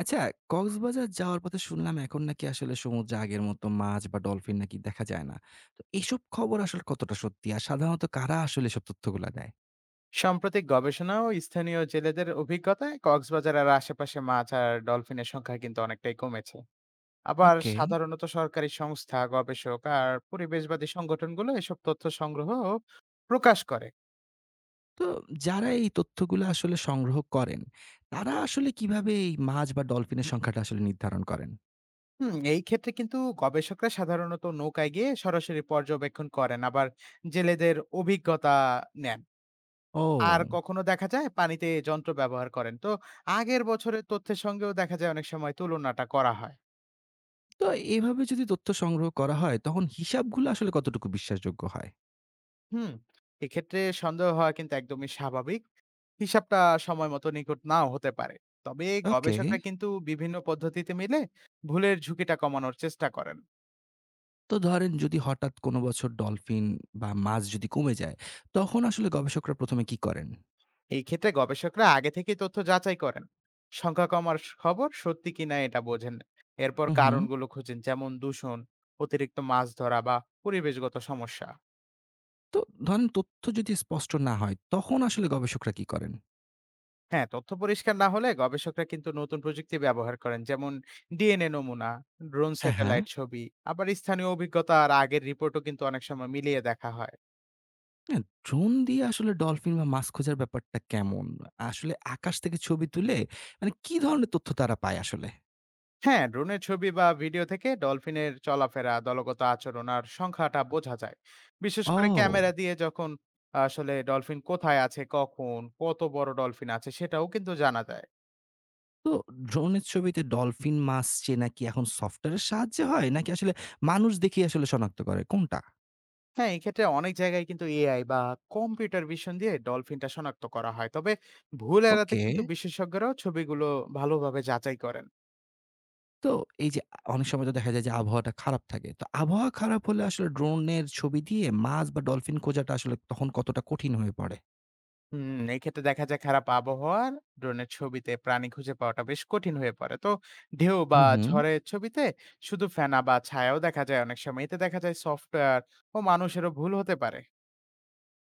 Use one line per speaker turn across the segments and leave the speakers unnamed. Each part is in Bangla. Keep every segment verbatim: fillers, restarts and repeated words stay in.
আচ্ছা, কক্সবাজার যাওয়ার পথে শুনলাম এখন নাকি আসলে সমুদ্রে আগের মতো মাছ বা ডলফিন নাকি দেখা যায় না। তো এসব খবর আসলে কতটা সত্যি? আর সাধারণত কারা আসলে এসব তথ্যগুলা দেয়?
সাম্প্রতিক গবেষণা ও স্থানীয় জেলেদের অভিজ্ঞতায় কক্সবাজার আর আশেপাশে মাছ আর ডলফিনের সংখ্যা কিন্তু অনেকটাই কমেছে। আবার
ওকে।
সাধারণত সরকারি সংস্থা, গবেষক আর পরিবেশবাদী সংগঠনগুলো এসব তথ্য সংগ্রহ ও প্রকাশ করে।
তো যারা এই তথ্যগুলো আসলে সংগ্রহ করেন, তারা আসলে কিভাবে এই মাছ বা ডলফিনের সংখ্যাটা আসলে নির্ধারণ করেন?
হুম এই ক্ষেত্রে কিন্তু গবেষকরা সাধারণত নৌকায় গিয়ে সরাসরি পর্যবেক্ষণ করেন, আবার জেলেদের অভিজ্ঞতা নেন। আর
ও!
কখনো দেখা যায় পানিতে যন্ত্র ব্যবহার করেন। তো আগের বছরের তথ্যের সঙ্গেও দেখা যায় অনেক সময় তুলনাটা করা হয়।
তো এভাবে যদি তথ্য সংগ্রহ করা হয়, তখন হিসাবগুলো আসলে কতটুকু বিশ্বাসযোগ্য হয়?
হুম, এক্ষেত্রে সন্দেহ হওয়া কিন্তু একদমই স্বাভাবিক। হিসাবটা সময় মতো নিকট নাও হতে পারে। তবে
ওকে।
গবেষকরা কিন্তু বিভিন্ন পদ্ধতিতে মিলে ভুলের ঝুঁকিটা কমানোর চেষ্টা করেন।
তো ধরেন যদি হঠাৎ কোনো বছর ডলফিন বা মাছ যদি কমে যায়, তখন আসলে গবেষকরা প্রথমে এ কি করেন?
এই ক্ষেত্রে গবেষকরা আগে থেকেই তথ্য যাচাই করেন। সংখ্যা কমার স খবর সত্যি কিনা এটা বোঝেন। এরপর
হুম, হুম।
কারণগুলো খোঁজেন, যেমন দূষণ, অতিরিক্ত মাছ ধরা বা পরিবেশগত সমস্যা।
তো ধরেন তথ্য যদি স্পষ্ট না হয়, তখন আসলে গবেষকরা কি করেন?
হ্যাঁ, তথ্য পরিষ্কার না হলে গবেষকরা কিন্তু নতুন প্রযুক্তি ব্যবহার করেন। যেমন ডিএনএ নমুনা, ড্রোন
হ্যাঁ, হ্যাঁ।
স্যাটেলাইট ছবি, আবার স্থানীয় অভিজ্ঞতা আর আগের রিপোর্টও কিন্তু অনেক সময় মিলিয়ে দেখা হয়।
হ্যাঁ, ড্রোন দিয়ে আসলে ডলফিন বা মাছ খোঁজার ব্যাপারটা কেমন? আসলে আকাশ থেকে ছবি তুলে মানে কি ধরনের তথ্য তারা পায় আসলে?
হ্যাঁ, ড্রোনের ছবি বা ভিডিও থেকে ডলফিনের চলাফেরা, দলগত আচরণ আর সংখ্যাটা বোঝা যায়। বিশেষ করে
ও!
ক্যামেরা দিয়ে যখন আসলে ডলফিন কোথায় আছে, কখন, কত বড় ডলফিন আছে সেটাও কিন্তু জানা যায়।
তো ড্রোনের ছবিতে ডলফিন মাছ চেনা কি এখন সফটওয়্যারের সাহায্যে হয়? নাকি আসলে মানুষ দেখেই আসলে শনাক্ত করে? কোনটা?
হ্যাঁ, এক্ষেত্রে অনেক জায়গায় কিন্তু এআই বা কম্পিউটার ভিশন দিয়ে ডলফিনটা শনাক্ত করা হয়। তবে ভুল এড়াতে
ওকে।
কিন্তু বিশেষজ্ঞরাও ছবিগুলো ভালোভাবে যাচাই করেন।
তো এই যে আ অনেক সময় তো দেখা যায় যে আবহাওয়াটা খারাপ থাকে। তো আবহাওয়া খারাপ হলে আসলে ড্রোনের ছবি দিয়ে মাছ বা ডলফিন খোঁজাটা আসলে তখন কতটা কঠিন হয়ে পড়ে?
হুম, এক্ষেত্রে দেখা যায় খারাপ আবহাওয়ার ড্রোনের ছবিতে প্রাণী খুঁজে পাওয়াটা বেশ কঠিন হয়ে পড়ে। তো ঢেউ বা
হুম, হুম।
ঝড়ের ছবিতে শুধু ফেনা বা ছায়াও দেখা যায় অনেক সময়। এতে দেখা যায় সফটওয়্যার ও মানুষেরও ভুল হতে পারে।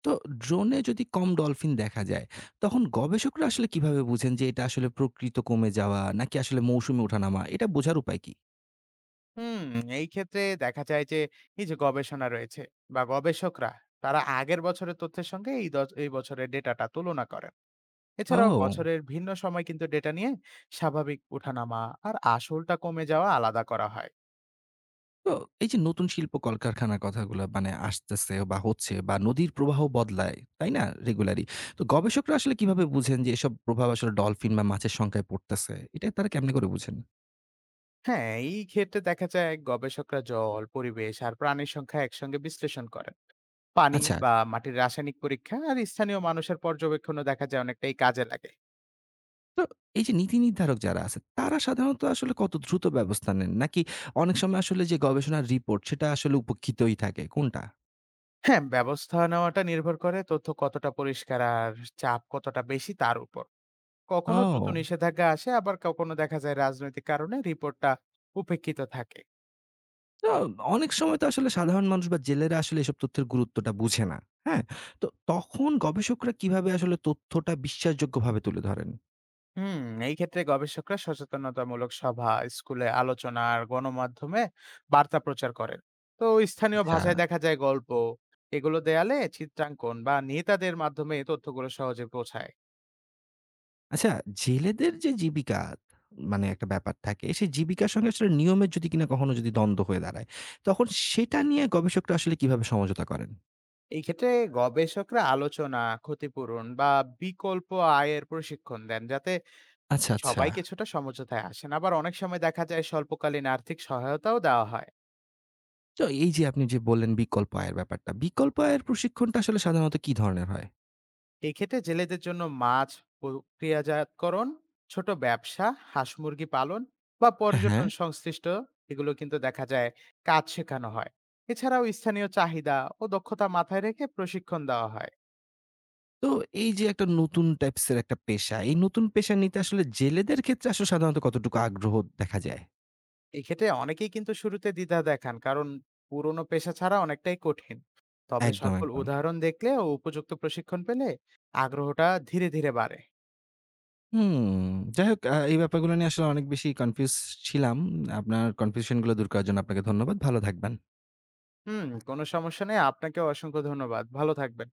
তো ড্রোনে যদি কম ডলফিন দেখা যায়, তখন গবেষকরা আসলে কিভাবে বুঝেন যে এটা আসলে প্রকৃত কমে যাওয়া নাকি আসলে মৌসুমে ওঠানামা? এটা বোঝার উপায় কি?
হুম, এই ক্ষেত্রে দেখা যায় যে এই যে গবেষণা রয়েছে বা গবেষকরা তারা আগের বছরের তথ্যের সঙ্গে এই দচ এই বছরের ডেটাটা তুলনা করেন। এছাড়াও
ও!
বছরের ভিন্ন সময় কিন্তু ডেটা নিয়ে স্বাভাবিক ওঠানামা আর আসলটা কমে যাওয়া আলাদা করা হয়।
তো এই যে নতুন শিল্প কলকারখানার কথাগুলো মানে আসতেছে বা হচ্ছে বা নদীর প্রবাহ বদলায়, তাই না? রেগুলারই। তো গবেষকরা আসলে কিভাবে বুঝেন যে এসব প্রভাব আসলে ডলফিন বা মাছের সংখ্যায় পড়তেছে? এটা তারা কেমনে করে বুঝেন?
হ্যাঁ, এই ক্ষেত্রে দেখা যায় গবেষকরা জল, পরিবেশ আর প্রাণীর সংখ্যা একসঙ্গে বিশ্লেষণ করেন। পানি
আচ্ছা।
বা মাটির রাসায়নিক পরীক্ষা আর স্থানীয় মানুষের পর্যবেক্ষণও দেখা যায় অনেকটাই কাজে লাগে।
তো এই যে নীতি নির্ধারক যারা আছে, তারা সাধারণত আসলে কত দ্রুত ব্যবস্থা নেন? নাকি অনেক সময় আসলে যে গবেষণার রিপোর্ট সেটা আসলে উপেক্ষিতই থাকে, কোনটা?
হ্যাঁ, ব্যবস্থা নেওয়াটা নির্ভর করে তথ্য কতটা পরিষ্কার আর চাপ কতটা বেশি তার উপর। কখনো দ্রুত
ও!
নিষেধাজ্ঞা আসে, আবার কখনো দেখা যায় রাজনৈতিক কারণে রিপোর্টটা উপেক্ষিত থাকে।
তো অনেক সময় তো আসলে সাধারণ মানুষ বা জেলেরা আসলে এসব তথ্যের গুরুত্বটা বুঝে না। হ্যাঁ? তো তখন গবেষকরা কিভাবে আসলে তথ্যটা বিশ্বাসযোগ্যভাবে তুলে ধরেন?
হুম এই ক্ষেত্রে গবেষকরা সচেতনতামূলক সভা, স্কুলে আলোচনা আর গণমাধ্যমে বার্তা প্রচার করেন। তো স্থানীয়
আচ্ছা।
ভাষায় দেখা যায় গল্প, এগুলো দেয়ালে চিত্রাঙ্কন বা নেতাদের মাধ্যমে তথ্যগুলো সহজে পৌঁছায়।
আচ্ছা, জেলেদের যে জীবিকা মানে একটা ব্যাপার থাকে, সেই জীবিকার সঙ্গে আসলে নিয়মের যদি কিনা কখনো যদি দ্বন্দ্ব হয়ে দাঁড়ায়, তখন সেটা নিয়ে গবেষকরা আসলে কিভাবে সমঝোতা করেন?
এই ক্ষেত্রে গবেষকরা আলোচনা, ক্ষতিপূরণ বা বিকল্প আয়ের প্রশিক্ষণ দেন, যাতে
আচ্ছা, আচ্ছা।
সবাই কিছুটা সমঝোতায় আসেন। আবার অনেক সময় দেখা যায় স্বল্পকালীন আর্থিক সহায়তাও দেওয়া হয়।
তো এই যে আপনি যে বললেন বিকল্প আয়ের ব্যাপারটা। বিকল্প আয়ের প্রশিক্ষণটা আসলে সাধারণত কি ধরনের হয়?
এক্ষেত্রে জেলেদের জন্য মাছ প্রক্রিয়াজাতকরণ, ছোট ব্যবসা, হাঁস মুরগি পালন বা
হ্যাঁ, হ্যাঁ।
পর্যটন সংশ্লিষ্ট এগুলো কিন্তু দেখা যায় কাজ শেখানো হয়। এছাড়াও স্থানীয় চাহিদা ও দক্ষতা মাথায় রেখে প্রশিক্ষণ দেওয়া হয়।
তো এই যে একটা নতুন টাইপস এর একটা পেশা, এই নতুন পেশা নিতে আসলে জেলেদের ক্ষেত্রে আসলে সাধারণত কতটুকু আগ্রহ দেখা যায়?
এক্ষেত্রে অনেকেই কিন্তু শুরুতে দ্বিধা দেখান, কারণ পুরনো পেশা ছাড়া অনেকটাই কঠিন। তবে
একদম,
সফল
একদম।
উদাহরণ দেখলে ও উপযুক্ত প্রশিক্ষণ পেলে আগ্রহটা ধীরে ধীরে বাড়ে।
হুম। যাই হোক আ এই ব্যাপারগুলো নিয়ে আসলে অনেক বেশি কনফিউজ ছিলাম। আপনার কনফিউশন গুলো দূর করার জন্য আপনাকে ধন্যবাদ। ভালো থাকবেন।
হুম কোনো সমস্যা নেই, আপনাকেও অসংখ্য ধন্যবাদ, ভালো থাকবেন।